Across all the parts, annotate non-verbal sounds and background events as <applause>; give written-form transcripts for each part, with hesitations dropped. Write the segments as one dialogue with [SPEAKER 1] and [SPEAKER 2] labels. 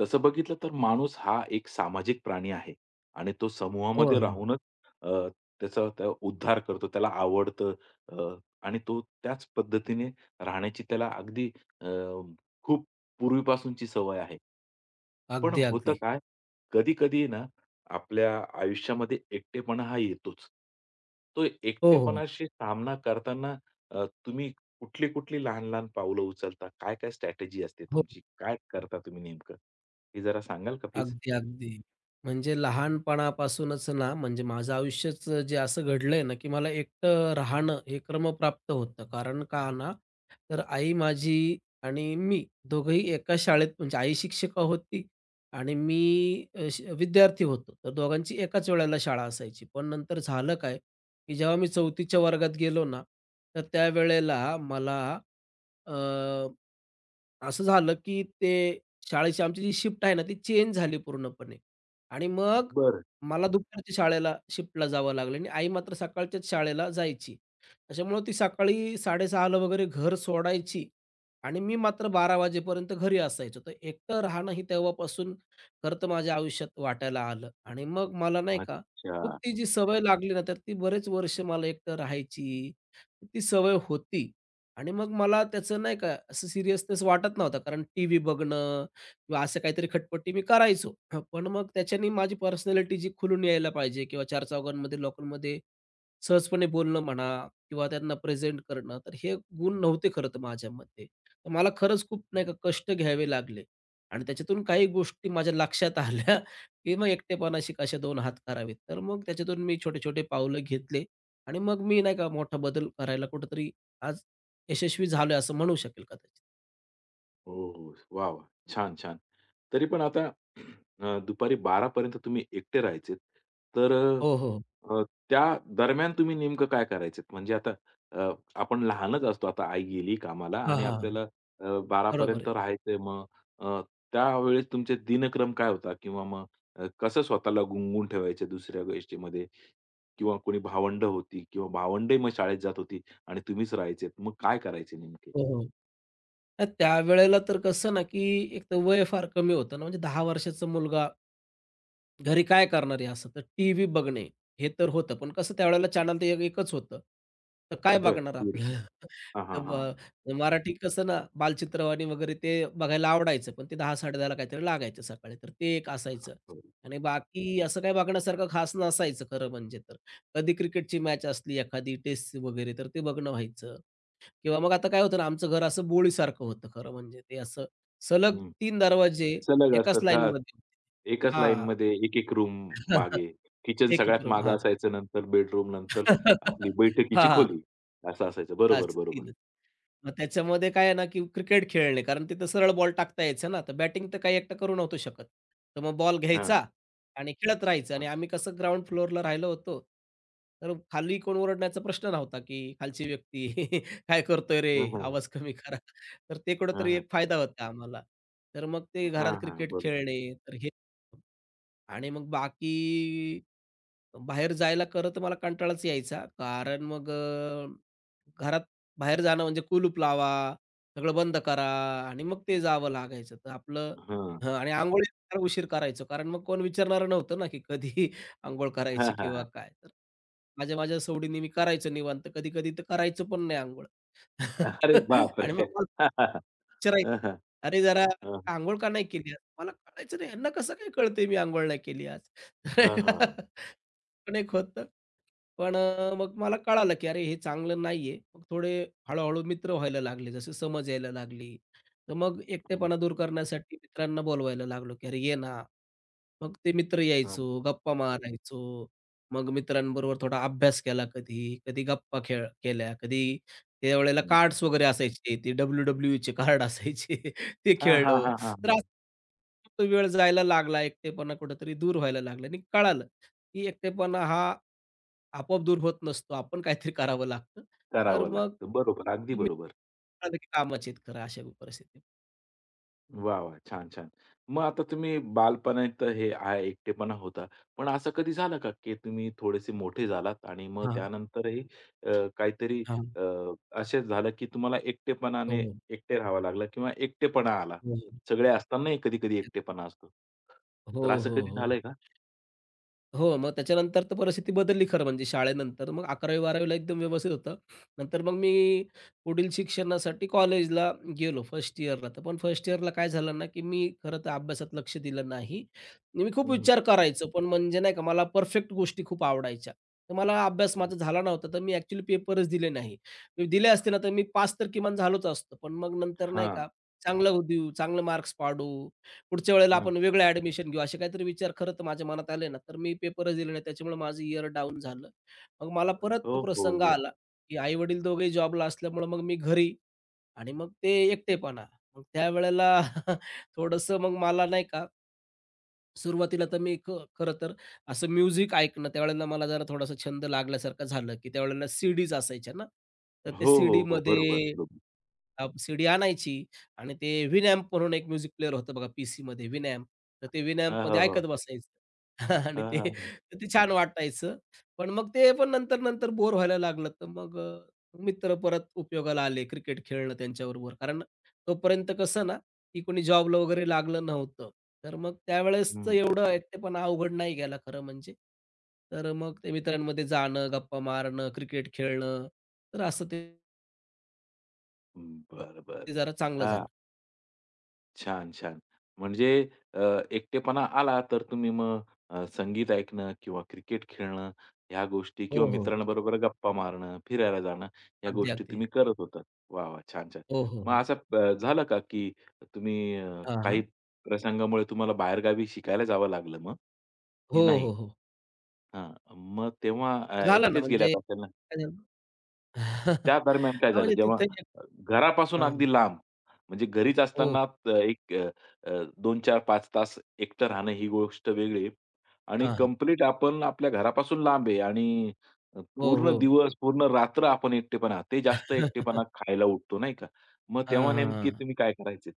[SPEAKER 1] तसं बघितलं तर माणूस हा एक सामाजिक प्राणी आहे आणि तो
[SPEAKER 2] हो,
[SPEAKER 1] समूहामध्ये
[SPEAKER 2] हो.
[SPEAKER 1] राहूनच अ, त्याचा त्या उद्धार करतो. त्याला आवडतं अ, आणि तो त्याच पद्धतीने राहण्याची त्याला अगदी अ, खूप पूर्वीपासूनची सवय आहे. पण
[SPEAKER 2] अगदी,
[SPEAKER 1] होतं
[SPEAKER 2] अगदी.
[SPEAKER 1] काय, कधी-कधी ना आपल्या आयुष्यामध्ये एकटेपणा हा येतोच. तो
[SPEAKER 2] हो, हो.
[SPEAKER 1] एकटेपणाशी सामना करताना तुम्ही कुठली-कुठली लहान-लहान पावलं उचलता? काय-काय स्ट्रॅटेजी असते
[SPEAKER 2] हो,
[SPEAKER 1] तुमची? काय करता तुम्ही नेमकं? ते जरा सांगाल का प्लीज?
[SPEAKER 2] अगदी, अगदी. म्हणजे लहानपणापासूनच ना, म्हणजे माझं आयुष्यच जे असं घडलंय ना, की मला एकटं राहणं हे क्रमप्राप्त होतं. कारण का ना, तर आई माझी आणि मी दोघंही एका शाळेत म्हणजे आई शिक्षिका होती आणि मी अ, श विद्यार्थी होतो. तर दोघांची एकाच वेळेला शाळा असायची. पण नंतर झालं काय, की जेव्हा मी 4थीच्या वर्गात गेलो ना, तर त्यावेळेला मला अ, असं झालं, की ते शाळेची आमची जी शिफ्ट आहे ना, ती चेंज झाली पूर्णपणे आणि मग
[SPEAKER 1] बरं.
[SPEAKER 2] मला दुपारच्या शाळेला शिफ्टला जावं लागलं आणि आई मात्र सकाळच्याच शाळेला जायची. त्याच्यामुळं ती सकाळी 6:30ला वगैरे घर सोडायची आणि मी मात्र 12 वाजेपर्यंत घरी असायचो. तर एकटं राहणं ही तेव्हापासून खरं तर माझ्या आयुष्यात वाटायला आलं आणि मग मला नाही का,
[SPEAKER 1] अच्छा.
[SPEAKER 2] खूप ती जी सवय लागली ना, तर ती बरेच वर्ष मला एकटं राहायची, ती सवय होती आणि मग मला त्याचं नाही का, असं सिरियसनेस वाटत नव्हता कारण टीव्ही बघणं किंवा असं काहीतरी खटपटी मी करायचो. हं, पण मग त्याच्याने माझी पर्सनॅलिटी जी खुलून यायला पाहिजे किंवा चार चौघांमध्ये, लोकांमध्ये सहजपणे बोलणं म्हणा किंवा त्यांना प्रेझेंट करणं, तर हे गुण नव्हते खरं तर माझ्यामध्ये. तर मला खरंच खूप नाही का कष्ट घ्यावे लागले आणि त्याच्यातून काही गोष्टी माझ्या लक्षात आल्या, <laughs> की मग एकटेपणाशी कसे 2 हात करावेत. तर मग त्याच्यातून मी छोटे-छोटे पावलं घेतले आणि मग मी नाही का मोठा बदल करायला कुठेतरी आज यशस्वी झालोय असं म्हणू शकेल कदाचित.
[SPEAKER 1] हो. हो. वाह, वाह! छान, छान. तरी पण आता <clears throat> दुपारी 12 पर्यंत तुम्ही एकटे राहायचेत. तर
[SPEAKER 2] हो, हो.
[SPEAKER 1] त्या दरम्यान तुम्ही नेमकं काय करायचेत? म्हणजे आता अ, आपण लहानच असतो. आता आई गेली कामाला
[SPEAKER 2] हां,
[SPEAKER 1] आणि
[SPEAKER 2] हां.
[SPEAKER 1] आपल्याला 12
[SPEAKER 2] बरोबर
[SPEAKER 1] पर्यंत
[SPEAKER 2] आहे.
[SPEAKER 1] राहायचंय. मग अ, त्यावेळेस तुमचे दिनक्रम काय होता? किंवा मग कसं स्वतःला गुंगून ठेवायचे दुसऱ्या गोष्टीमध्ये? किंवा कोणी भावंड होती किंवा भावंडही मग शाळेत जात होती आणि तुम्हीच राहायचेत. मग काय करायचे नेमके?
[SPEAKER 2] हो, हो. तर त्यावेळेला तर कसं ना, की एक तर वय फार कमी होतं ना, म्हणजे 10 वर्षाचा मुलगा घरी काय करणार आहे असं? तर टीव्ही बघणे हे तर होतं. पण कसं त्यावेळेला चॅनल तर एकच होतं. तर काय
[SPEAKER 1] बरं.
[SPEAKER 2] बघणार आपलं? <laughs>
[SPEAKER 1] हां,
[SPEAKER 2] तर
[SPEAKER 1] हां, हां.
[SPEAKER 2] मराठी कसं ना, बालचित्रवाणी वगैरे ते बघायला आवडायचं. पण ते 10:00-10:30 काहीतरी लागायचं सकाळी. तर ते एक असायचं
[SPEAKER 1] हो.
[SPEAKER 2] आणि बाकी असं काही बघण्यासारखं खास नसायचं खरं म्हणजे तर. कधी क्रिकेटची मॅच असली एखादी टेस्ट वगैरे, तर ते बघणं व्हायचं. किंवा मग आता काय होतं ना, आमचं घर असं बोळीसारखं होतं खरं म्हणजे. ते असं सलग
[SPEAKER 1] हं.
[SPEAKER 2] तीन दरवाजे
[SPEAKER 1] सलग
[SPEAKER 2] एकाच
[SPEAKER 1] असतात. हां.
[SPEAKER 2] लाईनमध्ये
[SPEAKER 1] एकाच
[SPEAKER 2] हां.
[SPEAKER 1] लाईनमध्ये एक-एक रूम मागे. किचन
[SPEAKER 2] एक-एक <laughs>
[SPEAKER 1] सगळ्यात
[SPEAKER 2] रूम.
[SPEAKER 1] मागे
[SPEAKER 2] हां.
[SPEAKER 1] असायचं. नंतर बेडरूम, नंतर आपली बैठकीची
[SPEAKER 2] हां, हां. <laughs>
[SPEAKER 1] खोली असं असायचं. बरोबर, बरोबर.
[SPEAKER 2] असतील. मग त्याच्यामध्ये काय आहे ना, की क्रिकेट खेळणे कारण तिथं सरळ बॉल टाकता यायचा ना, तर बॅटिंग तर काही एकटा करू नव्हतो शकत. तर मग बॉल
[SPEAKER 1] हां,
[SPEAKER 2] घ्यायचा आणि खेळत राहायचं आणि
[SPEAKER 1] हां.
[SPEAKER 2] आम्ही कसं ग्राउंड फ्लोअरला राहिलो होतो, तर खाली कोण ओरडण्याचा प्रश्न नव्हता, की खालची व्यक्ती <laughs> "काय करतोय रे?
[SPEAKER 1] हां, हां.
[SPEAKER 2] आवाज कमी करा." तर ते
[SPEAKER 1] हां,
[SPEAKER 2] कुठेतरी
[SPEAKER 1] हां.
[SPEAKER 2] एक फायदा होता आम्हाला. तर मग ते घरात
[SPEAKER 1] हां,
[SPEAKER 2] क्रिकेट
[SPEAKER 1] बरोबर.
[SPEAKER 2] खेळणे, तर हे आणि मग बाकी बाहेर जायला खरं तर मला कंटाळाच यायचा कारण मग घरात बाहेर जाणं म्हणजे कुलूप लावा, सगळं बंद करा आणि मग ते जावं लागायचं. तर आपलं
[SPEAKER 1] हां.
[SPEAKER 2] हं आणि अंघोळीला फार उशीर करायचो. कारण मग कोण विचारणारं नव्हतं ना, की कधी <laughs> अंघोळ
[SPEAKER 1] हां,
[SPEAKER 2] करायची
[SPEAKER 1] हां,
[SPEAKER 2] किंवा
[SPEAKER 1] हां.
[SPEAKER 2] काय. तर माझ्या माझ्या सवडीने मी करायचो निवांत. कधी-कधी तर करायचो पण नाही अंघोळ.
[SPEAKER 1] अरे
[SPEAKER 2] <laughs> आणि मग
[SPEAKER 1] बापरे!
[SPEAKER 2] मला
[SPEAKER 1] हां,
[SPEAKER 2] विचारायचे,
[SPEAKER 1] हां, हां.
[SPEAKER 2] "अरे जरा अंघोळ का नाही केली आज?" मला कळायचं नाही, "ह्यांना कसं काय कळतंय मी अंघोळ नाही केली आज?"
[SPEAKER 1] हां, हां. हां, हां, हां.
[SPEAKER 2] <laughs> पण एक होतं. पण मग मला कळालं, की अरे हे चांगलं नाहीये. मग थोडे हळू-हळू मित्र व्हायला लागले, जसं समज यायला लागली. तर मग
[SPEAKER 1] हं,
[SPEAKER 2] एकटेपणा दूर करण्यासाठी मित्रांना बोलवायला लागलो, की "अरे ये ना." मग ते मित्र
[SPEAKER 1] हं,
[SPEAKER 2] यायचो, गप्पा मारायचो. मग मित्रांबरोबर थोडा अभ्यास केला कधी, कधी गप्पा खेळ केल्या, कधी त्यावेळेला
[SPEAKER 1] हं.
[SPEAKER 2] कार्ड्स वगैरे असायचे. ते WWE चे कार्ड असायचे <laughs> ते
[SPEAKER 1] हां,
[SPEAKER 2] खेळलो. तर
[SPEAKER 1] हां,
[SPEAKER 2] असं तो वेळ जायला लागला, एकटेपणा कुठेतरी दूर व्हायला लागला आणि कळालं, की एकटेपणा हा आपोआप दूर होत नसतो. आपण काहीतरी करावं लागतं. तर
[SPEAKER 1] करावं
[SPEAKER 2] मग
[SPEAKER 1] लागतं. बरोबर. अगदी
[SPEAKER 2] मी
[SPEAKER 1] बरोबर.
[SPEAKER 2] म्हणालो की कामाचे आहेत खरं अशा परिस्थितीत.
[SPEAKER 1] वाह! वाह! छान, छान. मग आता तुम्ही बालपणात हे आहे एकटेपणा होता. पण असं कधी झालं का, की तुम्ही थोडेसे मोठे झालात आणि मग
[SPEAKER 2] हां,
[SPEAKER 1] त्यानंतरही काहीतरी
[SPEAKER 2] हां.
[SPEAKER 1] अ, असंच झालं, की तुम्हाला
[SPEAKER 2] हो,
[SPEAKER 1] एकटेपणाने
[SPEAKER 2] हो.
[SPEAKER 1] एकटे राहावं लागलं किंवा एकटेपणा आला.
[SPEAKER 2] हो, हो.
[SPEAKER 1] सगळे असतानाही कधी-कधी एकटेपणा असतो.
[SPEAKER 2] हो,
[SPEAKER 1] तर असं
[SPEAKER 2] हो, हो,
[SPEAKER 1] कधी झालंय
[SPEAKER 2] हो.
[SPEAKER 1] का?
[SPEAKER 2] हो, मग त्याच्यानंतर तर परिस्थिती बदलली खरं म्हणजे शाळेनंतर. मग 11वी-12वी ला एकदम व्यवस्थित होतं. नंतर मग मी पुढील शिक्षणासाठी कॉलेजला गेलो फर्स्ट इयरला. तर पण फर्स्ट इयरला काय झालं ना, की मी खरं तर अभ्यासात लक्ष दिलं नाही. मी खूप
[SPEAKER 1] हं, हं,
[SPEAKER 2] विचार करायचो, पण म्हणजे नाही का मला परफेक्ट गोष्टी खूप आवडायच्या. तर मला अभ्यास
[SPEAKER 1] हं.
[SPEAKER 2] माझा झाला नव्हता, तर मी ॲक्चुअली पेपरच दिले नाही. मी दिले असते ना, तर मी पास तर किमान झालोच असतो. पण मग नंतर नाही
[SPEAKER 1] हां,
[SPEAKER 2] का, चांगलं देऊ, चांगले मार्क्स पाडू पुढच्या वेळेला आपण वेगळं ॲडमिशन घेऊ, असे काहीतरी विचार खरं तर माझ्या मनात आले ना, तर मी पेपरच दिले नाही. त्याच्यामुळे माझं इयर डाउन झालं. मग मला परत तो
[SPEAKER 1] हो, हो,
[SPEAKER 2] प्रसंग
[SPEAKER 1] हो.
[SPEAKER 2] आला, की आई-वडील दोघेही जॉबला असल्यामुळे मग मी घरी आणि मग ते एकटेपणा. मग त्यावेळेला <laughs> थोडंसं मग मला नाही का सुरुवातीला तर मी ख खरं तर असं म्युझिक ऐकणं त्यावेळेला मला जरा थोडासा छंद लागल्यासारखं झालं, की त्यावेळेला सीडीज असायच्या ना, तर ते
[SPEAKER 1] हो, हो, हो.
[SPEAKER 2] सीडीमध्ये
[SPEAKER 1] बरोबर, बरोबर.
[SPEAKER 2] सीडी आणायची आणि ते Winamp म्हणून एक म्युझिक प्लेअर होतं बघा पीसीमध्ये Winamp. तर ते
[SPEAKER 1] हां, हां,
[SPEAKER 2] Winampमध्ये
[SPEAKER 1] हां.
[SPEAKER 2] ऐकत बसायचं <laughs> आणि
[SPEAKER 1] हां,
[SPEAKER 2] ते
[SPEAKER 1] हां.
[SPEAKER 2] तर ते छान वाटायचं. पण मग ते पण नंतर-नंतर बोर व्हायला लागलं, तर मग मित्र परत उपयोगाला आले. क्रिकेट खेळणं त्यांच्याबरोबर. कारण तोपर्यंत कसं ना की कोणी जॉबला वगैरे लागलं नव्हतं. तर मग त्यावेळेसचं
[SPEAKER 1] हं,
[SPEAKER 2] एवढं एकटेपणा अवघड नाही गेला खरं म्हणजे. तर मग ते मित्रांमध्ये जाणं, गप्पा मारणं, क्रिकेट खेळणं, तर असं ते
[SPEAKER 1] हं. बरं, बरं.
[SPEAKER 2] ते जरा चांगलं झालं.
[SPEAKER 1] छान, छान. म्हणजे अ, एकटेपणा आला तर तुम्ही मग संगीत ऐकणं किंवा क्रिकेट खेळणं ह्या गोष्टी किंवा
[SPEAKER 2] हो, हो.
[SPEAKER 1] मित्रांबरोबर गप्पा मारणं, फिरायला जाणं या
[SPEAKER 2] अगदी,
[SPEAKER 1] गोष्टी
[SPEAKER 2] अगदी.
[SPEAKER 1] तुम्ही करत होता। वाह, वाह! छान, छान.
[SPEAKER 2] हो, हो,
[SPEAKER 1] मग
[SPEAKER 2] हो.
[SPEAKER 1] असं झालं का की तुम्ही
[SPEAKER 2] हां,
[SPEAKER 1] काही
[SPEAKER 2] हां.
[SPEAKER 1] प्रसंगामुळे तुम्हाला बाहेरगावी शिकायला जावं लागलं मग? की
[SPEAKER 2] हो,
[SPEAKER 1] नाही?
[SPEAKER 2] हो, हो.
[SPEAKER 1] हां. मग तेव्हा
[SPEAKER 2] झालं ना
[SPEAKER 1] एकटेच
[SPEAKER 2] म्हणजे
[SPEAKER 1] गेल्यात असेल ना?
[SPEAKER 2] काय झालं
[SPEAKER 1] त्या दरम्यान काय
[SPEAKER 2] हां,
[SPEAKER 1] झालं
[SPEAKER 2] म्हणजे
[SPEAKER 1] जेव्हा
[SPEAKER 2] तिथं एक
[SPEAKER 1] अ, घरापासून
[SPEAKER 2] हां.
[SPEAKER 1] अगदी लांब, म्हणजे घरीच
[SPEAKER 2] हो.
[SPEAKER 1] असताना एक अ, अ, 2-4-5 तास एकटं राहणं ही गोष्ट वेगळी आणि
[SPEAKER 2] हां, हां.
[SPEAKER 1] कंप्लीट आपण आपल्या घरापासून लांब आहे आणि
[SPEAKER 2] हो,
[SPEAKER 1] पूर्ण
[SPEAKER 2] हो.
[SPEAKER 1] दिवस, पूर्ण रात्र आपण एकटेपणा, ते जास्त एकटेपणा
[SPEAKER 2] <laughs>
[SPEAKER 1] खायला उठतो नाही का? मग
[SPEAKER 2] हां,
[SPEAKER 1] तेव्हा
[SPEAKER 2] हां,
[SPEAKER 1] नेमकी
[SPEAKER 2] हां.
[SPEAKER 1] तुम्ही काय करायचे?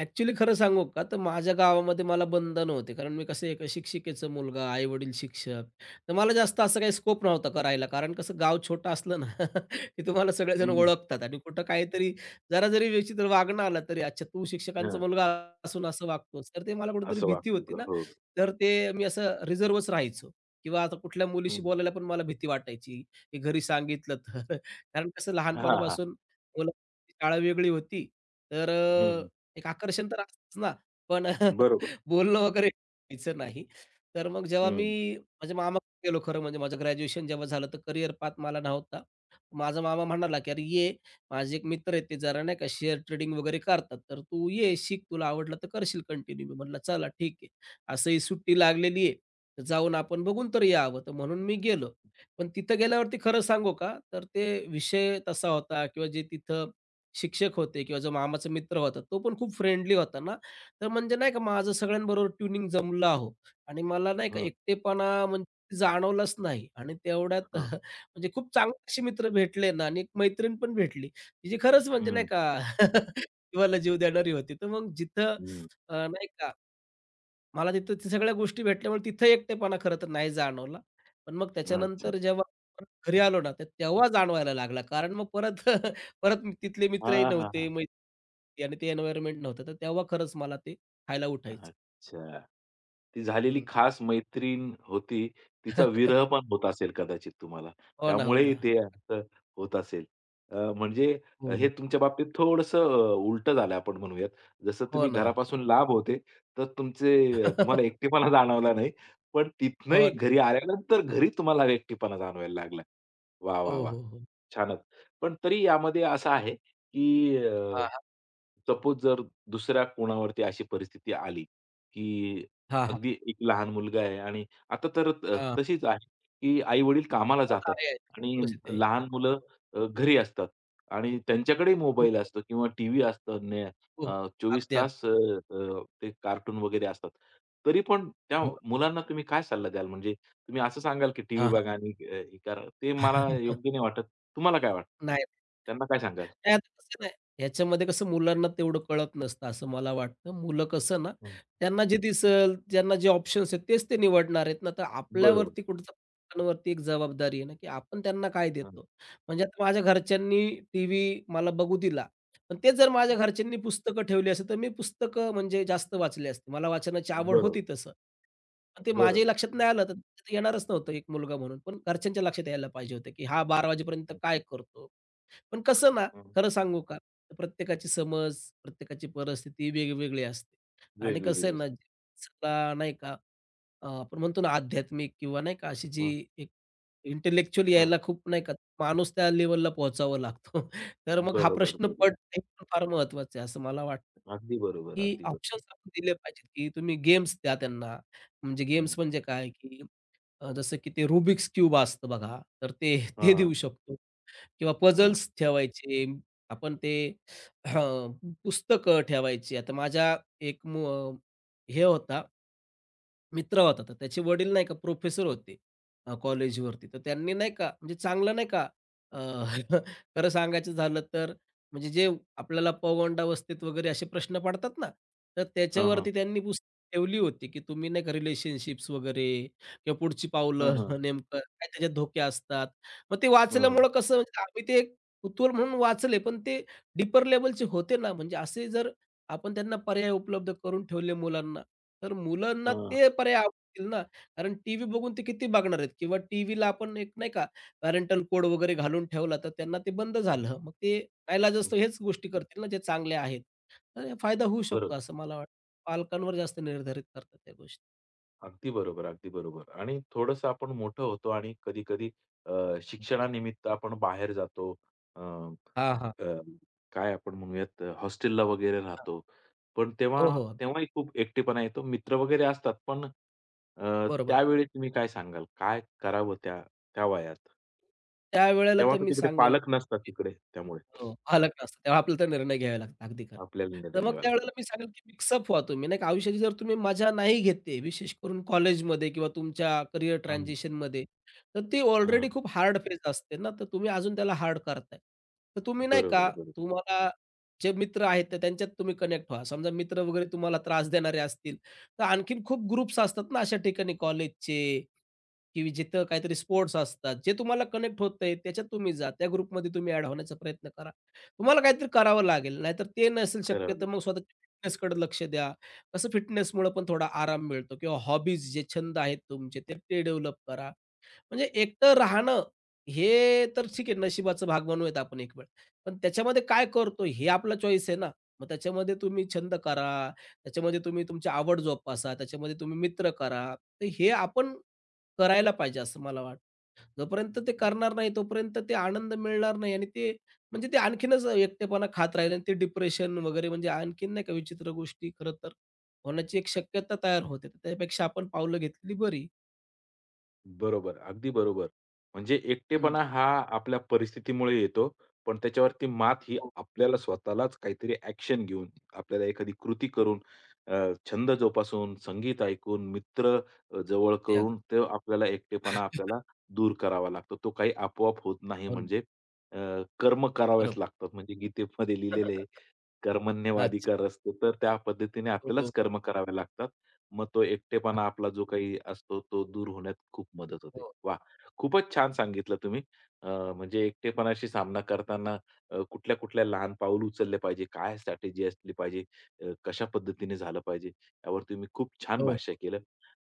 [SPEAKER 2] ॲक्चुअली खरं सांगू का, तर माझ्या गावामध्ये मला बंधनं होते. कारण मी कसं एक शिक्षिकेचा मुलगा, आई-वडील शिक्षक. तर मला जास्त असं काही स्कोप नव्हता करायला. कारण कसं गाव छोटं असलं ना, <laughs> की तुम्हाला सगळेजण
[SPEAKER 1] हं,
[SPEAKER 2] ओळखतात आणि कुठं काहीतरी जरा जरी विचित्र वागणं आलं तरी, "अच्छा, तू शिक्षकांचा
[SPEAKER 1] हां.
[SPEAKER 2] मुलगा असून असं वागतोस." तर ते मला कुठेतरी
[SPEAKER 1] असं
[SPEAKER 2] भीती
[SPEAKER 1] वागतो
[SPEAKER 2] होती
[SPEAKER 1] का?
[SPEAKER 2] ना.
[SPEAKER 1] हो.
[SPEAKER 2] तर ते मी असं रिझर्व्हच राहायचो किंवा आता कुठल्या मुलीशी
[SPEAKER 1] हं.
[SPEAKER 2] बोलायला पण मला भीती वाटायची, की घरी सांगितलं तर. <laughs> कारण कसं
[SPEAKER 1] हां, हां.
[SPEAKER 2] लहानपणापासून मुलांची शाळा वेगळी होती. तर
[SPEAKER 1] हं,
[SPEAKER 2] एक आकर्षण तर असतंच ना, पण
[SPEAKER 1] बरोबर.
[SPEAKER 2] <laughs> बोलणं वगैरे व्हायचं नाही. तर मग जेव्हा
[SPEAKER 1] हं,
[SPEAKER 2] मी माझ्या मामाकडे गेलो खरं म्हणजे माझं ग्रॅज्युएशन जेव्हा झालं तर करिअर पाथ मला नव्हता. माझा मामा म्हणाला, की "अरे ये, माझे एक मित्र आहेत ते जरा नाही का शेअर ट्रेडिंग वगैरे करतात, तर तू ये शिक, तुला आवडलं तर करशील कंटिन्यू." मी म्हटलं, "चला ठीक आहे." असंही सुट्टी लागलेली आहे, तर जाऊन आपण बघून तर यावं. तर म्हणून मी गेलो. पण तिथं गेल्यावरती खरं सांगू का, तर ते विषय तसा होता किंवा जे तिथं शिक्षक होते किंवा जो मामाचा मित्र होता, तो पण खूप फ्रेंडली होता ना, तर म्हणजे नाही का माझं सगळ्यांबरोबर ट्युनिंग जमलं अहो आणि मला नाही का
[SPEAKER 1] हं,
[SPEAKER 2] एकटेपणा म्हणजे जाणवलाच नाही आणि तेवढ्यात <laughs>
[SPEAKER 1] हां.
[SPEAKER 2] म्हणजे खूप चांगले असे मित्र भेटले ना आणि एक मैत्रीण पण भेटली, जी खरंच म्हणजे
[SPEAKER 1] हं,
[SPEAKER 2] नाही का <laughs> जिवाला जीव देणारी होती. तर मग
[SPEAKER 1] हं.
[SPEAKER 2] नाही का मला तिथं ते सगळ्या गोष्टी भेटल्यामुळे तिथं एकटेपणा खरं तर नाही जाणवला. पण मग
[SPEAKER 1] अच्छा.
[SPEAKER 2] त्याच्यानंतर जेव्हा परत घरी आलो ना, तर तेव्हा जाणवायला लागला. कारण मग परत <laughs> तिथले
[SPEAKER 1] हां,
[SPEAKER 2] मित्रही
[SPEAKER 1] हां,
[SPEAKER 2] नव्हते,
[SPEAKER 1] हां.
[SPEAKER 2] मैत्री आणि ते एन्व्हायर्नमेंट नव्हतं. तर तेव्हा खरंच मला ते खायला उठायचं.
[SPEAKER 1] अच्छा. ती झालेली
[SPEAKER 2] हं.
[SPEAKER 1] खास मैत्रीण होती. तिचा विरह
[SPEAKER 2] <laughs>
[SPEAKER 1] पण होत असेल कदाचित तुम्हाला.
[SPEAKER 2] हो ना, हो
[SPEAKER 1] त्यामुळेही
[SPEAKER 2] ना.
[SPEAKER 1] ते असं होत असेल. म्हणजे
[SPEAKER 2] हो,
[SPEAKER 1] हे
[SPEAKER 2] हो.
[SPEAKER 1] तुमच्या बाबतीत थोडंसं उलटं झालं आपण म्हणूयात. जसं
[SPEAKER 2] हो
[SPEAKER 1] तुम्ही
[SPEAKER 2] ना.
[SPEAKER 1] घरापासून लांब होते, तर तुमचे तुम्हाला
[SPEAKER 2] <laughs>
[SPEAKER 1] एकटेपणा जाणवला नाही. पण
[SPEAKER 2] हो,
[SPEAKER 1] तिथनंही
[SPEAKER 2] ना.
[SPEAKER 1] घरी आल्यानंतर घरी तुम्हाला एकटेपणा जाणवायला लागला. वाह, वाह,
[SPEAKER 2] हो,
[SPEAKER 1] वाह!
[SPEAKER 2] हो, हो.
[SPEAKER 1] छानच. पण तरी यामध्ये असं आहे, की
[SPEAKER 2] हां, हां.
[SPEAKER 1] सपोज जर दुसऱ्या कोणावरती अशी परिस्थिती आली, की
[SPEAKER 2] हां, हां.
[SPEAKER 1] अगदी एक लहान मुलगा आहे आणि आता तर तशीच आहे, की आई-वडील कामाला
[SPEAKER 2] हो ना,
[SPEAKER 1] जातात
[SPEAKER 2] आहे, आहे.
[SPEAKER 1] आणि
[SPEAKER 2] परिस्थिती आहे.
[SPEAKER 1] लहान
[SPEAKER 2] हो,
[SPEAKER 1] मुलं
[SPEAKER 2] हो.
[SPEAKER 1] घरी असतात आणि त्यांच्याकडे
[SPEAKER 2] हो,
[SPEAKER 1] मोबाईल
[SPEAKER 2] हो.
[SPEAKER 1] असतो किंवा टीव्ही असतो ने
[SPEAKER 2] हो, हो.
[SPEAKER 1] 24
[SPEAKER 2] अगदी, अगदी.
[SPEAKER 1] तास अ, अ, ते कार्टून वगैरे असतात. तरी पण त्या
[SPEAKER 2] हो.
[SPEAKER 1] मुलांना तुम्ही काय सल्ला द्याल? म्हणजे तुम्ही असं सांगाल की टीव्ही
[SPEAKER 2] हां, हां.
[SPEAKER 1] बघा आणि हे करा. ते मला योग्य
[SPEAKER 2] <laughs>
[SPEAKER 1] नाही वाटत. तुम्हाला काय वाटतं?
[SPEAKER 2] नाही.
[SPEAKER 1] त्यांना काय सांगाल?
[SPEAKER 2] नाही, आता कसं नाही, ह्याच्यामध्ये कसं मुलांना तेवढं कळत नसतं असं मला वाटतं. मुलं कसं ना,
[SPEAKER 1] हं.
[SPEAKER 2] त्यांना जे दिसेल, त्यांना जे ऑप्शन्स आहेत तेच ते निवडणार आहेत ना, तर
[SPEAKER 1] बरोबर.
[SPEAKER 2] आपल्यावरती कुठं वरती एक जबाबदारी आहे ना, की आपण त्यांना काय
[SPEAKER 1] हं, हं.
[SPEAKER 2] देतो. म्हणजे आता माझ्या घरच्यांनी टीव्ही मला बघू दिला, पण तेच जर माझ्या घरच्यांनी पुस्तकं ठेवली असेल, तर मी पुस्तकं म्हणजे जास्त वाचली असती. मला वाचनाची आवड
[SPEAKER 1] बरोबर,
[SPEAKER 2] होती तसं. पण ते माझ्याही
[SPEAKER 1] बरोबर.
[SPEAKER 2] लक्षात नाही आलं, तर ते येणारच नव्हतं एक मुलगा म्हणून. पण घरच्यांच्या लक्षात यायला पाहिजे होतं, की हा 12 वाजेपर्यंत
[SPEAKER 1] हं,
[SPEAKER 2] काय करतो? पण कसं ना
[SPEAKER 1] हं.
[SPEAKER 2] खरं सांगू का, प्रत्येकाची समज, प्रत्येकाची परिस्थिती वेगवेगळी असते. आणि कसं
[SPEAKER 1] वेगवेगळी
[SPEAKER 2] आहे ना,
[SPEAKER 1] असते.
[SPEAKER 2] ज्याला नाही का आपण म्हणतो ना आध्यात्मिक किंवा नाही का अशी जी
[SPEAKER 1] हं,
[SPEAKER 2] एक इंटेलेक्चुअल
[SPEAKER 1] हं.
[SPEAKER 2] यायला खूप नाही का माणूस त्या लेव्हलला पोहोचावा लागतो. <laughs> तर मग हा
[SPEAKER 1] बरोबर,
[SPEAKER 2] प्रश्न
[SPEAKER 1] बरोबर.
[SPEAKER 2] पडणे पण फार महत्वाचं आहे असं मला वाटतं,
[SPEAKER 1] अगदी बरोबर,
[SPEAKER 2] की
[SPEAKER 1] अगदी बरोबर.
[SPEAKER 2] ऑप्शन्स आपण दिले पाहिजेत, की तुम्ही गेम्स द्या त्यांना. म्हणजे
[SPEAKER 1] हं.
[SPEAKER 2] गेम्स म्हणजे काय, की जसं की ते रुबिक्स क्यूब असतं बघा, तर ते
[SPEAKER 1] हां,
[SPEAKER 2] ते
[SPEAKER 1] हां.
[SPEAKER 2] देऊ शकतो. किंवा
[SPEAKER 1] हां,
[SPEAKER 2] पझल्स ठेवायचे. आपण ते हं, पुस्तकं ठेवायची. आता माझ्या एक मु हे होता मित्र होता. तर त्याचे वडील नाही का प्रोफेसर होते कॉलेजवरती. तर त्यांनी नाही का म्हणजे चांगलं नाही का अ, <laughs> खरं सांगायचं झालं तर म्हणजे जे आपल्याला पौगंडावस्थेत वगैरे असे प्रश्न पडतात ना, तर
[SPEAKER 1] हां.
[SPEAKER 2] त्याच्यावरती त्यांनी पुस्तकं ठेवली होती, की तुम्ही नाही का रिलेशनशिप्स वगैरे किंवा पुढची
[SPEAKER 1] हं,
[SPEAKER 2] पावलं
[SPEAKER 1] हं.
[SPEAKER 2] <laughs> नेमकं काय त्याच्यात धोके असतात. मग ते
[SPEAKER 1] हं, हं.
[SPEAKER 2] वाचल्यामुळं कसं म्हणजे आम्ही ते एक कुतूहल म्हणून वाचले, पण ते डीपर लेव्हलचे होते ना, म्हणजे असे जर आपण त्यांना पर्याय उपलब्ध करून ठेवले मुलांना, तर
[SPEAKER 1] हं,
[SPEAKER 2] मुलांना
[SPEAKER 1] हं.
[SPEAKER 2] ते पर्याय आवडतील ना. कारण टीव्ही बघून ते किती बघणार आहेत किंवा टीव्हीला आपण एक नाही का पॅरेंटल कोड वगैरे घालून ठेवला, तर त्यांना ते बंद झालं. मग ते नाईलाजास्तव हेच गोष्टी करतील ना, जे चांगल्या आहेत. तर हे फायदा होऊ शकतो
[SPEAKER 1] बरोबर.
[SPEAKER 2] असं मला वाटतं. पालकांवर जास्त निर्धारित करतात त्या गोष्टी.
[SPEAKER 1] अगदी बरोबर, अगदी बरोबर. आणि थोडंसं आपण मोठं होतो आणि कधी-कधी अ, शिक्षणानिमित्त आपण बाहेर जातो. अ
[SPEAKER 2] हां, हां.
[SPEAKER 1] अ, काय आपण म्हणूयात हॉस्टेलला वगैरे
[SPEAKER 2] हां.
[SPEAKER 1] राहतो. पण तेव्हा
[SPEAKER 2] हो, हो.
[SPEAKER 1] तेव्हाही खूप एकटेपणा येतो. मित्र वगैरे असतात, पण
[SPEAKER 2] बरोबर.
[SPEAKER 1] त्यावेळी तुम्ही काय सांगाल? काय करावं त्या त्या वयात?
[SPEAKER 2] त्यावेळेला
[SPEAKER 1] तेव्हा
[SPEAKER 2] तर
[SPEAKER 1] तर
[SPEAKER 2] मी
[SPEAKER 1] तिकडे
[SPEAKER 2] सांगेल
[SPEAKER 1] पालक नसतात तिकडे, त्यामुळे
[SPEAKER 2] हो, पालक नसतात तेव्हा आपल्याला तर निर्णय घ्यावे लागतात. अगदी खरं.
[SPEAKER 1] आपल्याला
[SPEAKER 2] तर
[SPEAKER 1] निर्णय
[SPEAKER 2] मग
[SPEAKER 1] घ्यावा
[SPEAKER 2] त्यावेळेला
[SPEAKER 1] लागतात.
[SPEAKER 2] मी सांगेल की मिक्सअप व्हा तुम्ही नाही का आयुष्याची जर तुम्ही मजा नाही घेते, विशेष करून कॉलेजमध्ये किंवा तुमच्या करियर
[SPEAKER 1] हां,
[SPEAKER 2] ट्रान्झिशनमध्ये, तर ती
[SPEAKER 1] हां.
[SPEAKER 2] ऑलरेडी खूप हार्ड फेज असते ना, तर तुम्ही अजून त्याला हार्ड करताय. तर तुम्ही नाही
[SPEAKER 1] बरोबर,
[SPEAKER 2] का
[SPEAKER 1] बरोबर.
[SPEAKER 2] तुम्हाला जे मित्र आहेत तर त्यांच्यात तुम्ही कनेक्ट व्हा. समजा मित्र वगैरे तुम्हाला त्रास देणारे असतील, तर आणखीन खूप ग्रुप्स असतात ना अशा ठिकाणी कॉलेजचे की जिथं काहीतरी स्पोर्ट्स असतात, जे तुम्हाला कनेक्ट होतंय त्याच्यात तुम्ही जा. त्या ग्रुपमध्ये तुम्ही ॲड होण्याचा प्रयत्न करा. तुम्हाला काहीतरी करावं लागेल. नाहीतर ते नसेल शक्य
[SPEAKER 1] करावं
[SPEAKER 2] तर
[SPEAKER 1] लागतं.
[SPEAKER 2] मग स्वतःच्या फिटनेसकडे लक्ष द्या. कसं फिटनेसमुळं पण थोडा आराम मिळतो किंवा हॉबीज जे छंद आहेत तुमचे ते डेव्हलप करा. म्हणजे एकटं राहणं हे तर ठीक आहे, नशिबाचा भाग म्हणूयात आपण एक वेळ. पण त्याच्यामध्ये काय करतो हे आपला चॉईस आहे ना. मग त्याच्यामध्ये तुम्ही छंद करा, त्याच्यामध्ये तुम्ही तुमची आवड जोपासा, त्याच्यामध्ये तुम्ही मित्र करा. तर हे आपण करायला पाहिजे असं मला वाटतं. जोपर्यंत ते करणार नाही तोपर्यंत ते आनंद मिळणार नाही आणि ते म्हणजे ते आणखीनच एकटेपणा खात राहील आणि ते डिप्रेशन वगैरे म्हणजे आणखीन नाही का विचित्र गोष्टी खरं तर होण्याची एक शक्यता तयार होते. तर त्यापेक्षा आपण पावलं घेतलेली बरी.
[SPEAKER 1] बरोबर, अगदी बरोबर. म्हणजे
[SPEAKER 2] हं.
[SPEAKER 1] एकटेपणा हा आपल्या परिस्थितीमुळे येतो. पण त्याच्यावरती मात ही
[SPEAKER 2] हो,
[SPEAKER 1] आपल्याला स्वतःलाच काहीतरी ॲक्शन घेऊन, आपल्याला एखादी कृती
[SPEAKER 2] हो.
[SPEAKER 1] करून, अ, छंद जोपासून, संगीत ऐकून, मित्र जवळ
[SPEAKER 2] ते अगदी.
[SPEAKER 1] करून ते आपल्याला एकटेपणा आपल्याला दूर करावा लागतो. तो काही आपोआप होत नाही
[SPEAKER 2] हो ना.
[SPEAKER 1] म्हणजे अ, कर्म करावेच
[SPEAKER 2] बरोबर.
[SPEAKER 1] लागतात म्हणजे गीतेमध्ये लिहिलेलं
[SPEAKER 2] <laughs>
[SPEAKER 1] कर्मण्यवादी
[SPEAKER 2] अच्छा.
[SPEAKER 1] कर असतो, तर त्या पद्धतीने
[SPEAKER 2] हो,
[SPEAKER 1] आपल्यालाच
[SPEAKER 2] हो.
[SPEAKER 1] कर्म करावे लागतात. मग तो
[SPEAKER 2] अ,
[SPEAKER 1] एकटेपणा आपला जो काही असतो, तो दूर होण्यात खूप मदत होते.
[SPEAKER 2] हो.
[SPEAKER 1] वाह! खूपच छान सांगितलं तुम्ही. अ, म्हणजे एकटेपणाशी सामना करताना कुठल्या-कुठल्या लहान पाऊल उचलले पाहिजे, काय स्ट्रॅटेजी असली पाहिजे, कशा पद्धतीने झालं पाहिजे, यावर तुम्ही खूप छान
[SPEAKER 2] हो, हो,
[SPEAKER 1] भाष्य
[SPEAKER 2] हो,
[SPEAKER 1] केलं.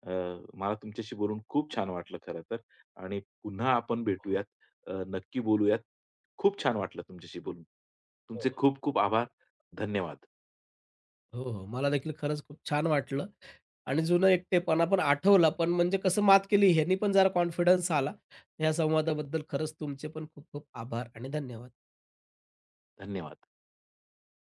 [SPEAKER 1] अ, मला तुमच्याशी बोलून खूप छान वाटलं खरं तर आणि पुन्हा आपण
[SPEAKER 2] हो.
[SPEAKER 1] भेटूयात. नक्की बोलूयात. खूप छान वाटलं तुमच्याशी बोलून. तुमचे खूप खूप आभार. धन्यवाद.
[SPEAKER 2] हो, हो. मला देखील खरंच खूप छान वाटलं आणि जुनं एकटेपणा पण आठवला, पण म्हणजे कसं मात केली ह्यानी पण जरा कॉन्फिडन्स आला. या संवादाबद्दल खरंच तुमचे पण खूप खूप आभार आणि धन्यवाद.
[SPEAKER 1] धन्यवाद.